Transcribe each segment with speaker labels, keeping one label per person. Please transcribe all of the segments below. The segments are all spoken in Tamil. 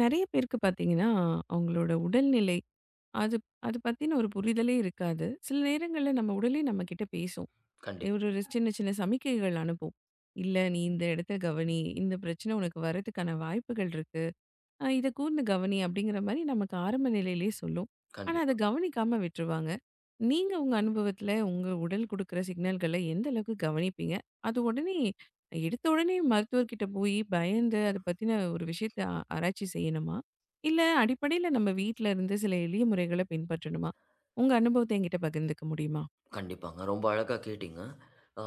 Speaker 1: நெறைய பேருக்கு பார்த்தீங்கன்னா, அவங்களோட உடல்நிலை அது அது பத்தின ஒரு புரிதலே இருக்காது. சில நேரங்கள்ல நம்ம உடலே நம்மகிட்ட பேசும்.
Speaker 2: கண்டிப்
Speaker 1: ஒரு ஒரு சின்ன சின்ன சமிக்கைகள் அனுப்பும். "இல்ல நீ இந்த இடத்த கவனி. இந்த பிரச்சனை உனக்கு வரதுக்கான வாய்ப்புகள் இருக்கு. இத கூர்ந்து கவனி அப்படிங்கிற மாரி நமக்கு ஆரம்ப நிலையிலேயே சொல்லும். ஆனா, அத
Speaker 2: கண்டிப்பா,
Speaker 1: கவனிக்காம விட்டுருவாங்க. நீங்க உங்க அனுபவத்துல உங்க உடல் குடுக்குற சிக்னல்கள எந்த அளவுக்கு கவனிப்பீங்க? அது உடனே எடுத்த உடனே மருத்துவர்கிட்ட போயி பயந்து அத பத்தின ஒரு விஷயத்த ஆராய்ச்சி செய்யணுமா? இல்ல அடிப்படையில நம்ம வீட்ல இருந்து சில எளிய முறைகள பின்பற்றணுமா? உங்க அனுபவத்த என்கிட்ட பகிர்ந்துக்க முடியுமா?
Speaker 2: கண்டிப்பாங்க. ரொம்ப அழகா கேட்டீங்க. அ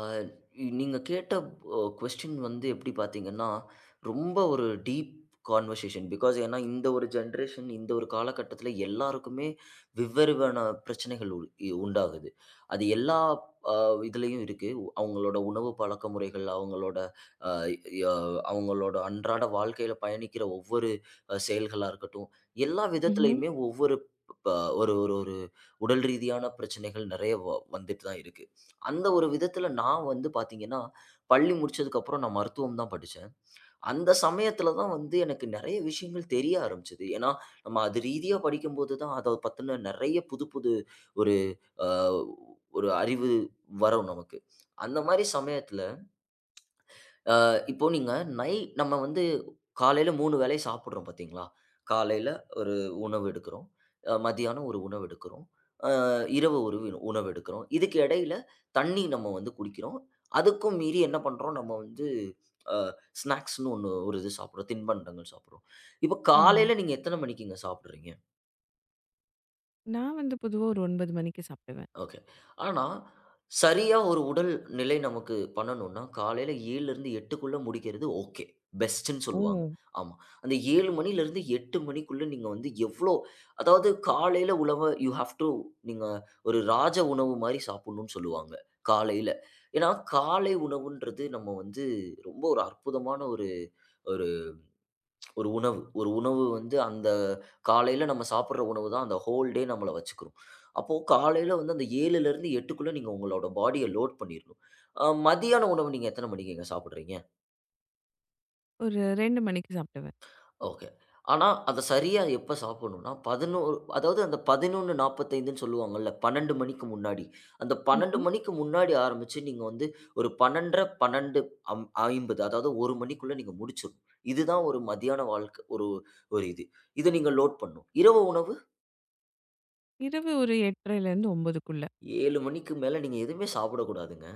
Speaker 2: நீங்க கேட்ட கொஸ்டின் வந்து எப்படி பார்த்தீங்கன்னா, ரொம்ப ஒரு டீப் கான்வர்சேஷன். பிகாஸ் ஏன்னா இந்த ஒரு ஜென்ரேஷன், இந்த ஒரு காலகட்டத்தில எல்லாருக்குமே வெவ்வேறுவான பிரச்சனைகள் உண்டாகுது. அது எல்லா அ இதுலயும் இருக்கு. அவங்களோட உணவு பழக்கமுறைகள், அவங்களோட அ ய அவங்களோட அன்றாட வாழ்க்கையில பயணிக்கிற ஒவ்வொரு செயல்களா இருக்கட்டும், எல்லா
Speaker 1: ம்ஹ்ம்.
Speaker 2: விதத்திலயுமே ஒவ்வொரு ப ஒரு ஒரு ஒரு உடல் ரீதியான பிரச்சனைகள் நிறைய வந்துட்டு தான் இருக்கு. அந்த ஒரு விதத்தில நான் வந்து பார்த்தீங்கன்னா, பள்ளி முடிச்சதுக்கப்புறம் நான் மருத்துவம் தான் படிச்சேன். அந்த சமயத்தில தான் வந்து எனக்கு நெறைய விஷயங்கள் தெரிய ஆரம்பிச்சது. ஏன்னா, நம்ம அது ரீதியா படிக்கும்போது தான் அத பத்தின நெறைய புது புது ஒரு அ ஒரு அறிவு வரும் நமக்கு. அந்த மாரி சமயத்தில இப்போ நீங்க நை நம்ம வந்து காலையில 3 வேளை சாப்பிடுறோம் பார்த்தீங்களா? காலையில ஒரு உணவு எடுக்கிறோம். மதியானம் ஒரு உணவு எடுக்கிறோம். அ இரவு ஒரு உணவு எடுக்கிறோம். இதுக்கு இடையில தண்ணி நம்ம வந்து குடிக்கிறோம். அதுக்கும் மீறி என்ன பண்றோம்? நம்ம வந்து அ ஸ்நாக்ஸ்ன்னு ஒண்ணு ஒரு இது சாப்பிடுறோம். தின்பண்டங்கள் சாப்பிடுறோம். இப்ப
Speaker 1: ஆமா.
Speaker 2: காலையில நீங்க எத்தன மணிக்குங்க சாப்பிடுறீங்க?
Speaker 1: நான் வந்து பொதுவா ஒரு 9 மணிக்கு சாப்டுவேன்.
Speaker 2: ஓகே. ஆனா, சரியா ஒரு உடல் நிலை நமக்கு பண்ணணும்னா, காலையில 7லிருந்து 8க்குள்ள முடிக்கிறது ஓகே. பெஸ்ட்டுன்னு
Speaker 1: ஓ!
Speaker 2: சொல்லுவாங்க. ஆமா. அந்த 7 மணியிலிருந்து 8 மணிக்குள்ள நீங்க வந்து எவ்ளோ அதாவது காலையில உணவ யூ ஹேவ் டூ நீங்க ஒரு ராஜ உணவு மாரி சாப்பிடணும்னு சொல்லுவாங்க, காலையில. ஏன்னா, காலை உணவுன்றது நம்ம வந்து ரொம்ப ஒரு அற்புதமான ஒரு ஒரு ஒரு உணவு. ஒரு உணவு வந்து அந்த காலையில நம்ம சாப்பிடுற உணவு தான் அந்த ஹோல் டே நம்மள வச்சுக்கும். அப்போ காலையில வந்து அந்த 7லிருந்து 8க்குள்ள நீங்க உங்களோட பாடிய லோட் பண்ணிரணும். மதியான உணவு நீங்க எத்தன மணிக்குங்க சாப்பிடுறீங்க?
Speaker 1: ஒரு 2 மணிக்கு சாப்டுவேன்.
Speaker 2: ஓகே. ஆனா, அத சரியா எப்ப சாப்பிடணும்னா, 11 அதாவது அந்த 11:45ன்னு சொல்லுவாங்கல்ல, 12 மணிக்கு முன்னாடி. அந்த 12
Speaker 1: ம்ஹ்ம்.
Speaker 2: மணிக்கு முன்னாடி ஆரம்பிச்சு, நீங்க வந்து ஒரு 12:30, 12 50 அதாவது 1 மணிக்குள்ள நீங்க முடிச்சிடணும். இதுதான் ஒரு மதியான வாழ்க்க ஒரு ஒரு இது. இத நீங்க லோட் பண்ணணும். இரவு உணவு
Speaker 1: இரவு ஒரு 8:30லேருந்து 9க்குள்ள.
Speaker 2: 7 மணிக்கு மேல நீங்க எதுவுமே சாப்பிடக்கூடாதுங்க.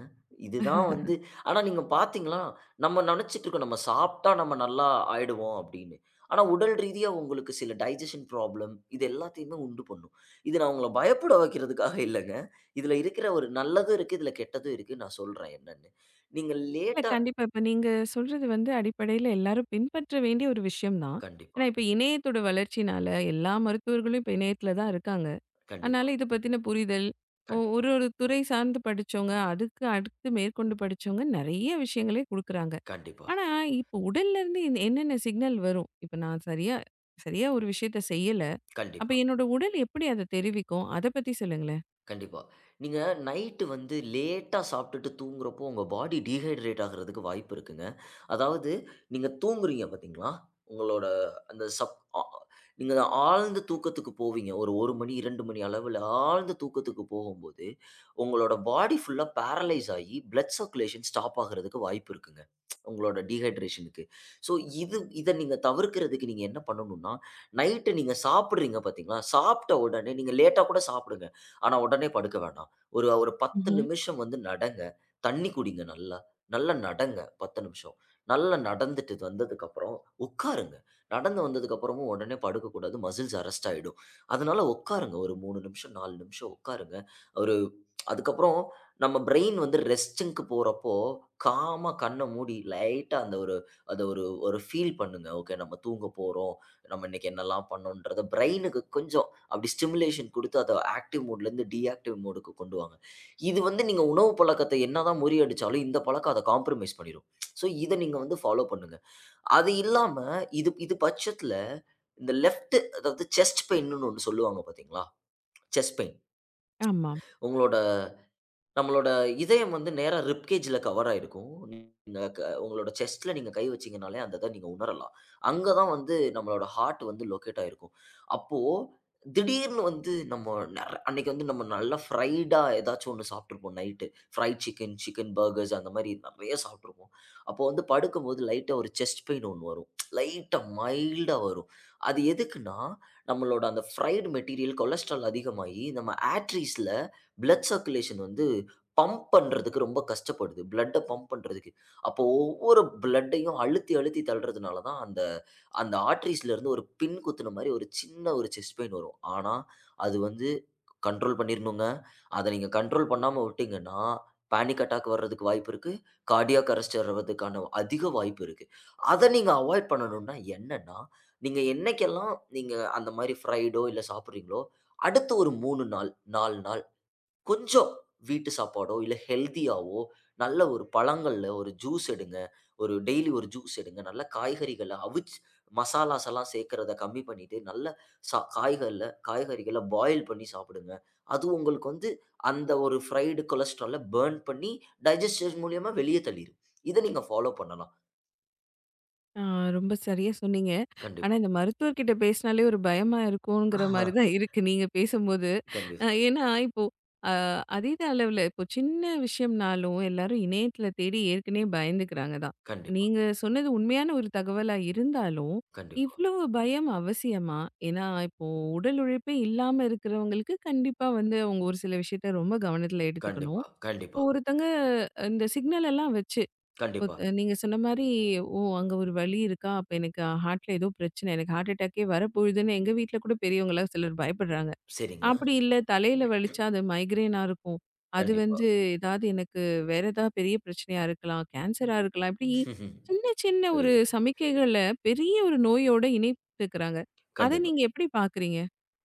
Speaker 2: இதுதான்
Speaker 1: இல்ல,
Speaker 2: வந்து ஆனா நீங்க பார்த்தீங்களா, நம்ம நெனச்சுட்டுருக்கோம் நம்ம சாப்ட்டா நம்ம நல்லா ஆயிடுவோம் அப்படின்னு. ஆனா உடல் ரீதியா உங்களுக்கு சில டைஜெஷன் ப்ராப்ளம் இது எல்லாத்தையுமே உண்டு பண்ணும். இது நான் உங்கள பயப்பட வைக்கிறதுக்காக இல்லங்க. இதுல இருக்கிற ஒரு நல்லதும் இருக்கு, இதுல கெட்டதும் இருக்கு. நான் சொல்றேன் என்னன்னு. நீங்க லேட்டா
Speaker 1: கண்டிப்பா. இப்ப நீங்க சொல்றது வந்து அடிப்படையில எல்லாரும் பின்பற்ற வேண்டிய ஒரு விஷயம் தான்.
Speaker 2: கண்டிப்பா,
Speaker 1: ஏன்னா இப்ப இணையத்தோட வளர்ச்சினால எல்லா மருத்துவர்களும் இப்ப இணையத்துல தான் இருக்காங்க. அதனால
Speaker 2: கண்டிப்பா,
Speaker 1: இத பத்தின புரிதல், ஒ
Speaker 2: கண்டிப்பா,
Speaker 1: ஒரு ஒரு துறை சார்ந்து படிச்சவங்க, அதுக்கு அடுத்து மேற்கொண்டு படிச்சவங்க நெறைய விஷயங்களே குடுக்குறாங்க.
Speaker 2: கண்டிப்பா,
Speaker 1: ஆனா இப்போ உடல்லருந்து என்னென்ன சிக்னல் வரும்? இப்ப நான் சரியா சரியா ஒரு விஷயத்த செய்யல. அப்ப
Speaker 2: கண்டிப்பா.
Speaker 1: என்னோட உடல் எப்படி அத தெரிவிக்கும்? அத பத்தி சொல்லுங்களேன்.
Speaker 2: கண்டிப்பா. நீங்க நைட்டு வந்து லேட்டா சாப்பிட்டுட்டு தூங்குறப்போ, உங்க பாடி டீஹைட்ரேட் ஆகுறதுக்கு வாய்ப்பு இருக்குங்க. அதாவது நீங்க தூங்குறீங்க பார்த்தீங்களா? உங்களோட அந்த சப் அ நீங்க ஆழ்ந்த தூக்கத்துக்கு போவீங்க. ஒரு 1 மணி, 2 மணி அளவுல ஆழ்ந்த தூக்கத்துக்கு போகும்போது, உங்களோட பாடி ஃபுல்லா பேரலைஸ் ஆயி, பிளட் சர்க்குலேஷன் ஸ்டாப் ஆகுறதுக்கு வாய்ப்பு இருக்குங்க. உங்களோட டீஹைட்ரேஷனுக்கு. ஸோ இத நீங்க தவிர்க்கிறதுக்கு நீங்க என்ன பண்ணணும்னா, நைட்டு நீங்க சாப்பிடுறீங்க பார்த்தீங்களா? சாப்பிட்ட உடனே நீங்க லேட்டா கூட சாப்பிடுங்க. ஆனா உடனே படுக்க வேண்டாம். ஒரு ஒரு 10
Speaker 1: ம்ஹ்ம்.
Speaker 2: நிமிஷம் வந்து நடங்க. தண்ணி குடிங்க நல்லா. நல்லா நடங்க 10 நிமிஷம். நல்லா நடந்துட்டு வந்ததுக்கப்புறம் உட்காருங்க. நடந்து வந்ததுக்கப்புறமும் உடனே படுக்கக்கூடாது. மசில்ஸ் அரெஸ்ட் ஆயிடும். அதனால உட்காருங்க. ஒரு 3 நிமிஷம், 4 நிமிஷம் உட்காருங்க. ஒரு அதுக்கப்புறம் நம்ம பிரெயின் வந்து ரெஸ்ட்டுங்க்கு போறப்போ, காமா கண்ண மூடி லைட்டா அந்த ஒரு அத ஒரு ஒரு ஃபீல் பண்ணுங்க. ஓகே நம்ம தூங்க போறோம். நம்ம இன்னைக்கு என்னலாம் பண்ணோன்றத பிரெயினுக்கு கொஞ்சம் அப்படி ஸ்டிமுலேஷன் குடுத்து அத ஆக்டிவ் மோட்லேருந்து டீஆக்டிவ் மோடுக்கு கொண்டு வாங்க. இது வந்து நீங்க உணவு பழக்கத்த என்னதான் முறியடிச்சாலும், இந்த பழக்கம் அத காம்ப்ரமைஸ் பண்ணிரும். ஸோ இத நீங்க வந்து ஃபாலோ பண்ணுங்க. அது இல்லாம இது இது பட்சத்துல இந்த லெஃப்ட் அதாவது செஸ்ட் பெயின்னு ஒண்ணு சொல்லுவாங்க பார்த்தீங்களா? Chest pain.
Speaker 1: ஆமா.
Speaker 2: உங்களோட நம்மளோட இதயம் வந்து நேரா ரிப்கேஜ்ல கவர் ஆயிருக்கும். நீங்க உங்களோட செஸ்ட்ல நீங்க கை வச்சீங்கனாலே, அந்த இத நீங்க உணரலாம். அங்க தான் வந்து நம்மளோட ஹார்ட் வந்து லொக்கேட் ஆயிருக்கும். அப்போ திடீர்னு வந்து நம்ம அன்னைக்கு வந்து நம்ம நல்லா ஃப்ரைடா ஏதாச்சும் ஒண்ணு சாப்பிட்டுருப்போம் night. Fried chicken, chicken burgers அந்த மாரி நெறைய சாப்பிட்டுருப்போம். அப்போ வந்து படுக்கும்போது லைட்டா ஒரு செஸ்ட் பெயின் ஒண்ணு வரும். லைட்டா மைல்டா வரும். அது எதுக்குன்னா, நம்மளோட அந்த ஃப்ரைடு மெட்டீரியல் கொலஸ்ட்ரால் அதிகமாகி, நம்ம ஆர்டரீஸ்ல பிளட் சர்க்குலேஷன் வந்து பம்ப் பண்றதுக்கு ரொம்ப கஷ்டப்படுது. பிளட்ட பம்ப் பண்றதுக்கு. அப்போ ஒவ்வொரு பிளட்டையும் அழுத்தி, அழுத்தி தள்றதுனால தான் அந்த அந்த ஆர்டரீஸ்லருந்து ஒரு பின் குத்துன மாரி ஒரு சின்ன ஒரு செஸ்ட் பெயின் வரும். ஆனா, அது வந்து கண்ட்ரோல் பண்ணிரணுங்க. அத நீங்க கண்ட்ரோல் பண்ணாம விட்டீங்கன்னா, பேனிக் அட்டாக் வர்றதுக்கு வாய்ப்பு இருக்கு. கார்டியாக் அரெஸ்ட் வர்றதுக்கான அதிக வாய்ப்பு இருக்கு. அத நீங்க அவாய்ட் பண்ணணும்னா என்னன்னா, நீங்க என்னைக்கெல்லாம் நீங்க அந்த மாரி ஃப்ரைடோ இல்ல சாப்பிடுறீங்களோ, அடுத்து ஒரு 3 நாள், 4 நாள் கொஞ்சம் வீட்டு சாப்பாடோ, இல்ல ஹெல்தியாவோ, நல்ல ஒரு பழங்கள்ல ஒரு ஜூஸ் எடுங்க. ஒரு டெய்லி ஒரு ஜூஸ் எடுங்க. நல்ல காய்கறிகள அவிச்சு மசாலாஸ் எல்லாம் சேர்க்கிறத கம்மி பண்ணிட்டு, நல்ல காய்கள்ல காய்கறிகள பாயில் பண்ணி சாப்பிடுங்க. அது உங்களுக்கு வந்து அந்த ஒரு ஃப்ரைடு கொலஸ்ட்ரால பர்ன் பண்ணி டைஜஸ்டர் மூலியமா வெளிய தள்ளிரும். இத நீங்க ஃபாலோ பண்ணலாம்.
Speaker 1: ஆ ரொம்ப சரியா சொன்னீங்க. ஆனா
Speaker 2: கண்டிப்பா.
Speaker 1: இந்த மருத்துவர்கிட்ட பேசினாலே ஒரு பயமா இருக்குங்கிற
Speaker 2: ஆஹா,
Speaker 1: மாரி தான் இருக்கு நீங்க பேசும்போது.
Speaker 2: கண்டிப்பா,
Speaker 1: ஏன்னா இப்போ அ அதீத அளவுல இப்போ சின்ன விஷயம்னாலும் எல்லாரும் இணையத்தில தேடி ஏற்கனவே பயந்துக்கிறாங்க தான்.
Speaker 2: கண்டிப்பா,
Speaker 1: நீங்க சொன்னது உண்மையான ஒரு தகவலா இருந்தாலும்,
Speaker 2: கண்டிப்பா,
Speaker 1: இவ்வளவு பயம் அவசியமா? ஏன்னா இப்போ உடல் உழைப்பே இல்லாம இருக்கிறவங்களுக்கு கண்டிப்பா வந்து அவங்க ஒரு சில விஷயத்த ரொம்ப கவனத்தில எடுத்துக்கணும்.
Speaker 2: கண்டிப்பா, கண்டிப்பா,
Speaker 1: இப்போ ஒருத்தங்க இந்த சிக்னல் எல்லாம் வச்சு இப்போ
Speaker 2: கண்டிப்பா.
Speaker 1: நீங்க சொன்ன மாரி, ஓ! அங்க ஒரு வலி இருக்கா? அப்ப எனக்கு ஹார்ட்ல ஏதோ பிரச்சனை. எனக்கு ஹார்ட் அட்டாக்கே வரப்போகுதுன்னு எங்க வீட்ல கூட பெரியவங்கலாம் சிலர் பயப்படுறாங்க.
Speaker 2: சரிங்க.
Speaker 1: அப்படி இல்ல தலையில வலிச்சா அது மைக்ரேனா இருக்கும். அது
Speaker 2: கண்டிப்பா.
Speaker 1: வந்து ஏதாவது எனக்கு வேற ஏதாவது பெரிய பிரச்சனையா இருக்கலாம். கேன்சரா இருக்கலாம். இப்படி
Speaker 2: ம்ஹும்.
Speaker 1: சின்ன சின்ன ஒரு
Speaker 2: புரியுது.
Speaker 1: சமிக்கைகள பெரிய ஒரு நோயோட இணைத்துக்கிறாங்க. அத
Speaker 2: கண்டிப்பா.
Speaker 1: நீங்க எப்படி பார்க்குறீங்க?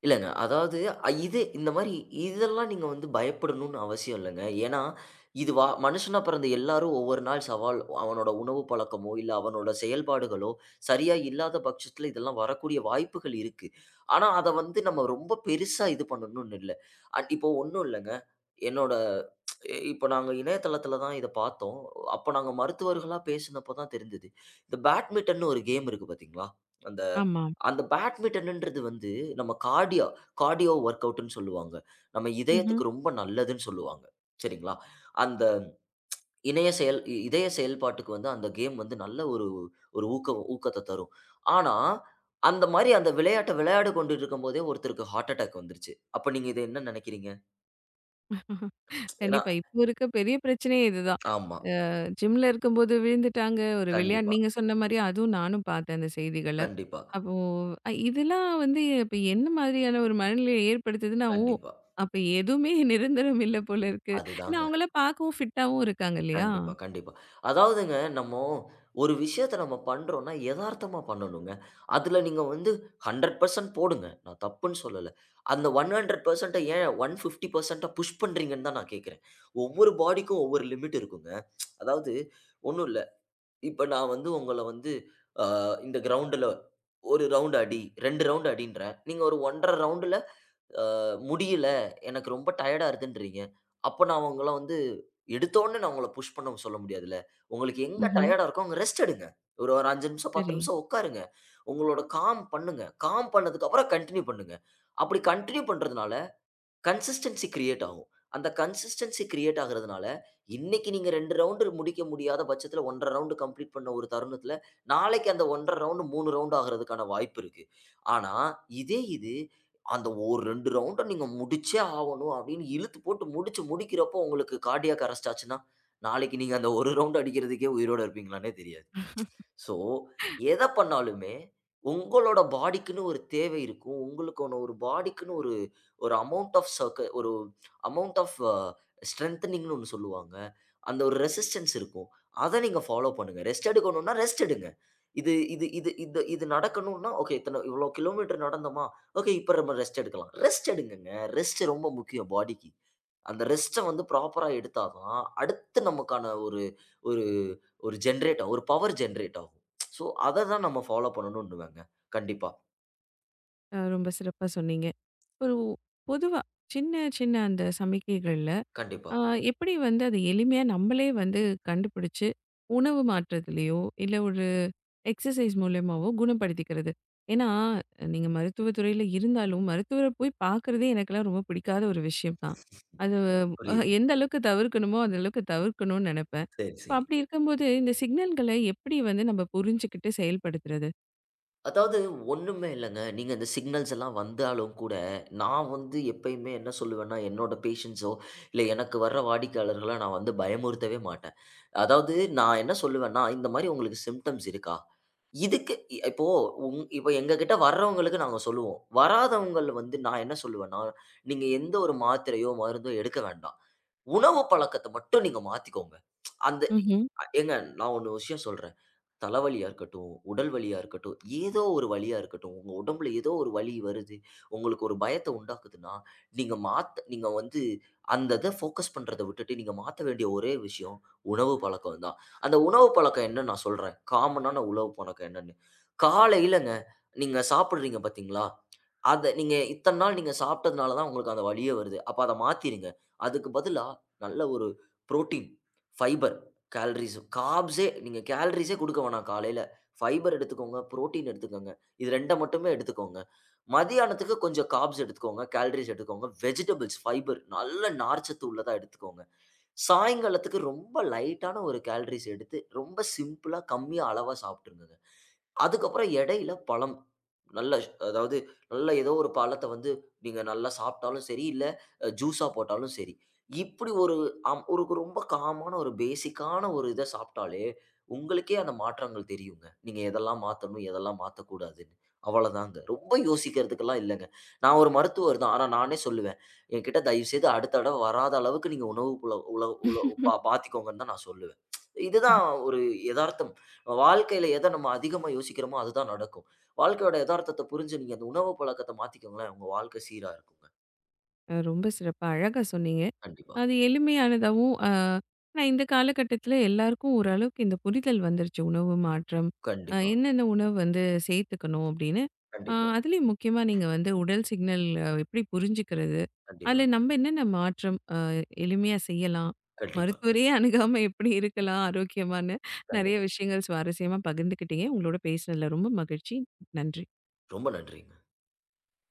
Speaker 2: இல்லங்க. அதாவது அ இது இந்த மாரி இதெல்லாம் நீங்க வந்து பயப்படணும்னு அவசியம் இல்லங்க. ஏன்னா, இது வா மனுஷனா பிறந்த எல்லாரும் ஒவ்வொரு நாள் சவால் அவனோட உணவு பழக்கமோ, இல்ல அவனோட செயல்பாடுகளோ சரியா இல்லாத பட்சத்துல இதெல்லாம் வரக்கூடிய வாய்ப்புகள் இருக்கு. ஆனா, அத வந்து நம்ம ரொம்ப பெருசா இது பண்ணணும்னு இல்ல. அட் இப்போ ஒண்ணும் இல்லங்க. என்னோட இப்போ நாங்க இணையதளத்துல தான் இத பார்த்தோம். அப்ப நாங்க மருத்துவர்களா பேசினப்ப தான் தெரிஞ்சது. இந்த பேட்மிட்டன்னு ஒரு கேம் இருக்கு பார்த்தீங்களா? அந்த
Speaker 1: ஆமா.
Speaker 2: அந்த பேட்மிட்டன்ன்றது வந்து நம்ம கார்டியோ ஒர்க் அவுட்ன்னு சொல்லுவாங்க. நம்ம
Speaker 1: ம்ஹ்ம்.
Speaker 2: இதயத்துக்கு ரொம்ப நல்லதுன்னு சொல்லுவாங்க. சரிங்களா? அந்த இணைய செயல் இ இதய செயல்பாட்டுக்கு வந்து அந்த கேம் வந்து நல்ல ஒரு ஒரு ஊக்கத்த தரும். ஆனா, அந்த மாரி அந்த விளையாட்ட விளையாடி கொண்டு இருக்கும்போதே ஒருத்தருக்கு ஹார்ட் அட்டாக் வந்துருச்சு. அப்ப நீங்க இத என்ன நெனைக்கிறீங்க? ஏன்னா
Speaker 1: கண்டிப்பா. இப்போ இருக்க பெரிய பிரச்சனையே இதுதான்.
Speaker 2: ஆமா.
Speaker 1: ஜிம்ல இருக்கும்போது விழுந்துட்டாங்க. ஒரு விளையாட்டு
Speaker 2: கண்டிப்பா,
Speaker 1: நீங்க சொன்ன மாரி அதுவும் நானும் பார்த்தேன் அந்த செய்திகள.
Speaker 2: கண்டிப்பா,
Speaker 1: அப்போ இதெல்லாம் வந்து இப்ப என்ன மாதிரியான ஒரு மனநிலையை ஏற்படுத்துதுன்னா, ஓ!
Speaker 2: கண்டிப்பா.
Speaker 1: அப்ப எதுவுமே நிரந்தரம் இல்ல போல இருக்கு. ஏன்னா
Speaker 2: அதுதாங்க.
Speaker 1: அவங்கலாம் பார்க்கவும் ஃபிட்டாவும் இருக்காங்க இல்லையா?
Speaker 2: கண்டிப்பா, கண்டிப்பா. அதாவதுங்க நம்ம ஒரு விஷயத்த நம்ம பண்றோம்னா, எதார்த்தமா பண்ணணுங்க. அதுல நீங்க வந்து 100% போடுங்க. நான் தப்புன்னு சொல்லல. அந்த 100% ஏன் 150% புஷ் பண்றீங்கன்னு தான் நான் கேட்கிறேன். ஒவ்வொரு பாடிக்கும் ஒவ்வொரு லிமிட் இருக்குங்க. அதாவது ஒண்ணும் இல்ல. இப்ப நான் வந்து உங்கள வந்து, அ இந்த கிரவுண்டுல 1 ரவுண்ட் அடி, 2 ரவுண்ட் அடின்றேன். நீங்க ஒரு 1 1/2 ரவுண்டுல முடியல. எனக்கு ரொம்ப டயர்டா இருக்குன்றீங்க. அப்ப நான் உங்கள வந்து எடுத்தோனே நான் உங்கள புஷ் பண்ண சொல்ல முடியாதுல்ல. உங்களுக்கு எங்க
Speaker 1: ம்ஹ்ம்.
Speaker 2: டயர்டா இருக்கோ அங்க ரெஸ்ட் எடுங்க. ஒரு ஒரு 5 நிமிஷம், 10
Speaker 1: சரி.
Speaker 2: நிமிஷம் உட்காருங்க. உங்களோட காம் பண்ணுங்க. காம் பண்ணதுக்கு அப்புறம் கன்டின்யூ பண்ணுங்க. அப்படி கன்டின்யூ பண்றதுனால கன்சிஸ்டன்சி கிரியேட் ஆகும். அந்த கன்சிஸ்டன்சி கிரியேட் ஆகுறதுனால, இன்னைக்கு நீங்க 2 ரவுண்டு முடிக்க முடியாத பட்சத்துல 1 1/2 ரவுண்டு கம்ப்ளீட் பண்ண ஒரு தருணத்துல, நாளைக்கு அந்த 1 1/2 ரவுண்டு 3 ரவுண்டு ஆகுறதுக்கான வாய்ப்பு இருக்கு. ஆனா, இதே இது அந்த ஒரு 2 ரவுண்ட நீங்க முடிச்சே ஆவணும் அப்படின்னு இழுத்து போட்டு முடிச்சு முடிக்கிறப்போ உங்களுக்கு கார்டியாக் அரெஸ்ட் ஆச்சுன்னா, நாளைக்கு நீங்க அந்த ஒரு ரவுண்ட் அடிக்கிறதுக்கே உயிரோட இருப்பீங்களான்னே தெரியாது. ஸோ, எத பண்ணாலுமே, உங்களோட பாடிக்குன்னு ஒரு தேவை இருக்கும். உங்களுக்கான ஒரு பாடிக்குன்னு ஒரு ஒரு அமவுண்ட் ஆஃப் சர்க்க ஒரு அமவுண்ட் ஆஃப் ஸ்ட்ரெங்தனிங்ன்னு ஒண்ணு சொல்லுவாங்க. அந்த ஒரு ரெசிஸ்டன்ஸ் இருக்கும். அத நீங்க ஃபாலோ பண்ணுங்க. ரெஸ்ட் எடுக்கணும்னா ரெஸ்ட் எடுங்க. இது இது இது இது இது நடக்கணும்னா, ஓகே இத்தன இவ்வளோ கிலோமீட்டர் நடந்தோமா? ஓகே இப்ப நம்ம ரெஸ்ட் எடுக்கலாம். ரெஸ்ட் எடுங்கங்க. ரெஸ்ட் ரொம்ப முக்கியம் பாடிக்கு. அந்த ரெஸ்ட்ட வந்து ப்ராப்பரா எடுத்தா தான், அடுத்து நமக்கான ஒரு ஒரு ஒரு ஜெனரேட் ஆகும். ஒரு பவர் ஜெனரேட் ஆகும். ஸோ, அத தான் நம்ம ஃபாலோ பண்ணணுன்னுவேங்க. கண்டிப்பா,
Speaker 1: ரொம்ப சிறப்பா சொன்னீங்க. ஒரு பொதுவா சின்ன, சின்ன அந்த சமிக்கைகள்ல,
Speaker 2: கண்டிப்பா.
Speaker 1: ஆ, எப்படி வந்து அது எளிமையா நம்மளே வந்து கண்டுபிடிச்சு, உணவு மாற்றத்திலயோ, இல்ல ஒரு எக்ஸர்சைஸ் மூலியமாவோ குணப்படுத்திக்கிறது? ஏன்னா, நீங்க மருத்துவ துறையில இருந்தாலும், மருத்துவர போய் பார்க்கிறதே எனக்கெல்லாம் ரொம்ப பிடிக்காத ஒரு விஷயம் தான். அது
Speaker 2: புரியுதுங்க.
Speaker 1: எந்த அளவுக்கு தவிர்க்கணுமோ, அந்த அளவுக்கு தவிர்க்கணும்னு நெனைப்பேன்.
Speaker 2: சரி,
Speaker 1: இப்ப
Speaker 2: சரி.
Speaker 1: அப்படி இருக்கும்போது, இந்த சிக்னல்கள எப்படி வந்து நம்ம புரிஞ்சுகிட்டு செயல்படுத்துறது?
Speaker 2: அதாவது ஒண்ணுமே இல்லங்க. நீங்க இந்த சிக்னல்ஸ் எல்லாம் வந்தாலும் கூட, நான் வந்து எப்பயுமே என்ன சொல்லுவேன்னா, என்னோட பேஷண்ட்ஸோ, இல்ல எனக்கு வர்ற வாடிக்கையாளர்கள நான் வந்து பயமுறுத்தவே மாட்டேன். அதாவது நான் என்ன சொல்லுவேன்னா, இந்த மாரி உங்களுக்கு சிம்ப்டம்ஸ் இருக்கா? இதுக்கு இ இப்போ இப்போ எங்ககிட்ட வர்றவங்களுக்கு நாங்க சொல்லுவோம். வராதவங்கள் வந்து நான் என்ன சொல்லுவேன்னா, நீங்க எந்த ஒரு மாத்திரையோ, மருந்தோ எடுக்க வேண்டாம். உணவு பழக்கத்த மட்டும் நீங்க மாத்திக்கோங்க. அந்த
Speaker 1: ம்ஹ்ம்.
Speaker 2: அ ஏங்க நான் ஒண்ணு விஷயம் சொல்றேன். தலைவலியா இருக்கட்டும், உடல் வலியா இருக்கட்டும், ஏதோ ஒரு வலியா இருக்கட்டும், உங்க உடம்புல ஏதோ ஒரு வலி வருது, உங்களுக்கு ஒரு பயத்த உண்டாக்குதுன்னா, நீங்க வந்து அந்த இத ஃபோக்கஸ் பண்றத விட்டுட்டு, நீங்க மாத்த வேண்டிய ஒரே விஷயம் உணவு பழக்கம் தான். அந்த உணவு பழக்கம் என்னன்னு நான் சொல்றேன். காமனான உணவு பழக்கம் என்னன்னு. காலையிலங்க நீங்க சாப்பிடுறீங்க பார்த்தீங்களா? அத நீங்க இத்தன நாள் நீங்க சாப்பிட்டதுனால தான் உங்களுக்கு அந்த வலியே வருது. அப்ப அத மாத்திருங்க. அதுக்கு பதிலா நல்ல ஒரு புரோட்டீன், ஃபைபர், கேலரீஸ், கார்ப்ஸே நீங்க கேலரீஸே குடுக்க வேணாம் காலையில. ஃபைபர் எடுத்துக்கோங்க, புரோட்டீன் எடுத்துக்கங்க. இது 2 மட்டுமே எடுத்துக்கோங்க. மதியானத்துக்கு கொஞ்சம் கார்ப்ஸ் எடுத்துக்கோங்க, கேலரீஸ் எடுத்துக்கோங்க. வெஜிடபிள்ஸ், ஃபைபர் நல்ல நார்ச்சத்து உள்ளதா எடுத்துக்கோங்க. சாயங்காலத்துக்கு ரொம்ப லைட்டான ஒரு கேலரீஸ் எடுத்து, ரொம்ப சிம்பிளா கம்மியா அளவா சாப்பிட்டுருங்க. அதுக்கப்புறம் இடையில பழம். நல்ல அதாவது நல்ல ஏதோ ஒரு பழத்த வந்து நீங்க நல்லா சாப்பிட்டாலும் சரி, இல்ல ஜூஸா போட்டாலும் சரி. இப்படி ஒரு ஒரு ஒரு ரொம்ப காமான ஒரு பேசிக்கான ஒரு இத சாப்பிட்டாலே, உங்களுக்கே அந்த மாற்றங்கள் தெரியுங்க. நீங்க எதெல்லாம் மாத்தணும், எதெல்லாம் மாத்தக்கூடாதுன்னு. அவ்வளதாங்க. ரொம்ப யோசிக்கிறதுக்கெல்லாம் இல்லங்க. நான் ஒரு மருத்துவர் தான். ஆனா நானே சொல்லுவேன். என்கிட்ட தயவுசெய்து அடுத்த தடவ வராத அளவுக்கு நீங்க உணவு புல உல உல பா பாத்துக்கோங்கன்னு தான் நான் சொல்லுவேன். இதுதான் ஒரு எதார்த்தம். நம்ம வாழ்க்கையில எத நம்ம அதிகமா யோசிக்கிறோமோ அதுதான் நடக்கும். வாழ்க்கையோட எதார்த்தத்த புரிஞ்சு நீங்க அந்த உணவு பழக்கத்த மாத்திக்கோங்களேன், உங்க வாழ்க்கை சீரா இருக்குங்க.
Speaker 1: ரொம்ப சிறப்பா, அழகா சொன்னீங்க.
Speaker 2: கண்டிப்பா,
Speaker 1: அது எளிமையானதாவும், அ ஆனா இந்த காலகட்டத்தில எல்லாருக்கும் ஓரளவுக்கு இந்த புரிதல் வந்துருச்சு. உணவு மாற்றம்,
Speaker 2: கண்டிப்பா,
Speaker 1: என்னென்ன உணவு வந்து சேர்த்துக்கணும் அப்படின்னு.
Speaker 2: கண்டிப்பா,
Speaker 1: அதுலயும் முக்கியமா நீங்க வந்து உடல் சிக்னல் எப்படி புரிஞ்சுக்கிறது?
Speaker 2: கண்டிப்பா,
Speaker 1: அதுல நம்ம என்னென்ன மாற்றம் எளிமையா செய்யலாம்?
Speaker 2: கண்டிப்பா,
Speaker 1: மருத்துவரையே அணுகாம எப்படி இருக்கலாம் ஆரோக்கியமான்னு? நெறைய
Speaker 2: கண்டிப்பா.
Speaker 1: விஷயங்கள் சுவாரஸ்யமா பகிர்ந்துக்கிட்டீங்க. உங்களோட பேசினதில ரொம்ப மகிழ்ச்சி. நன்றி.
Speaker 2: ரொம்ப நன்றிங்க.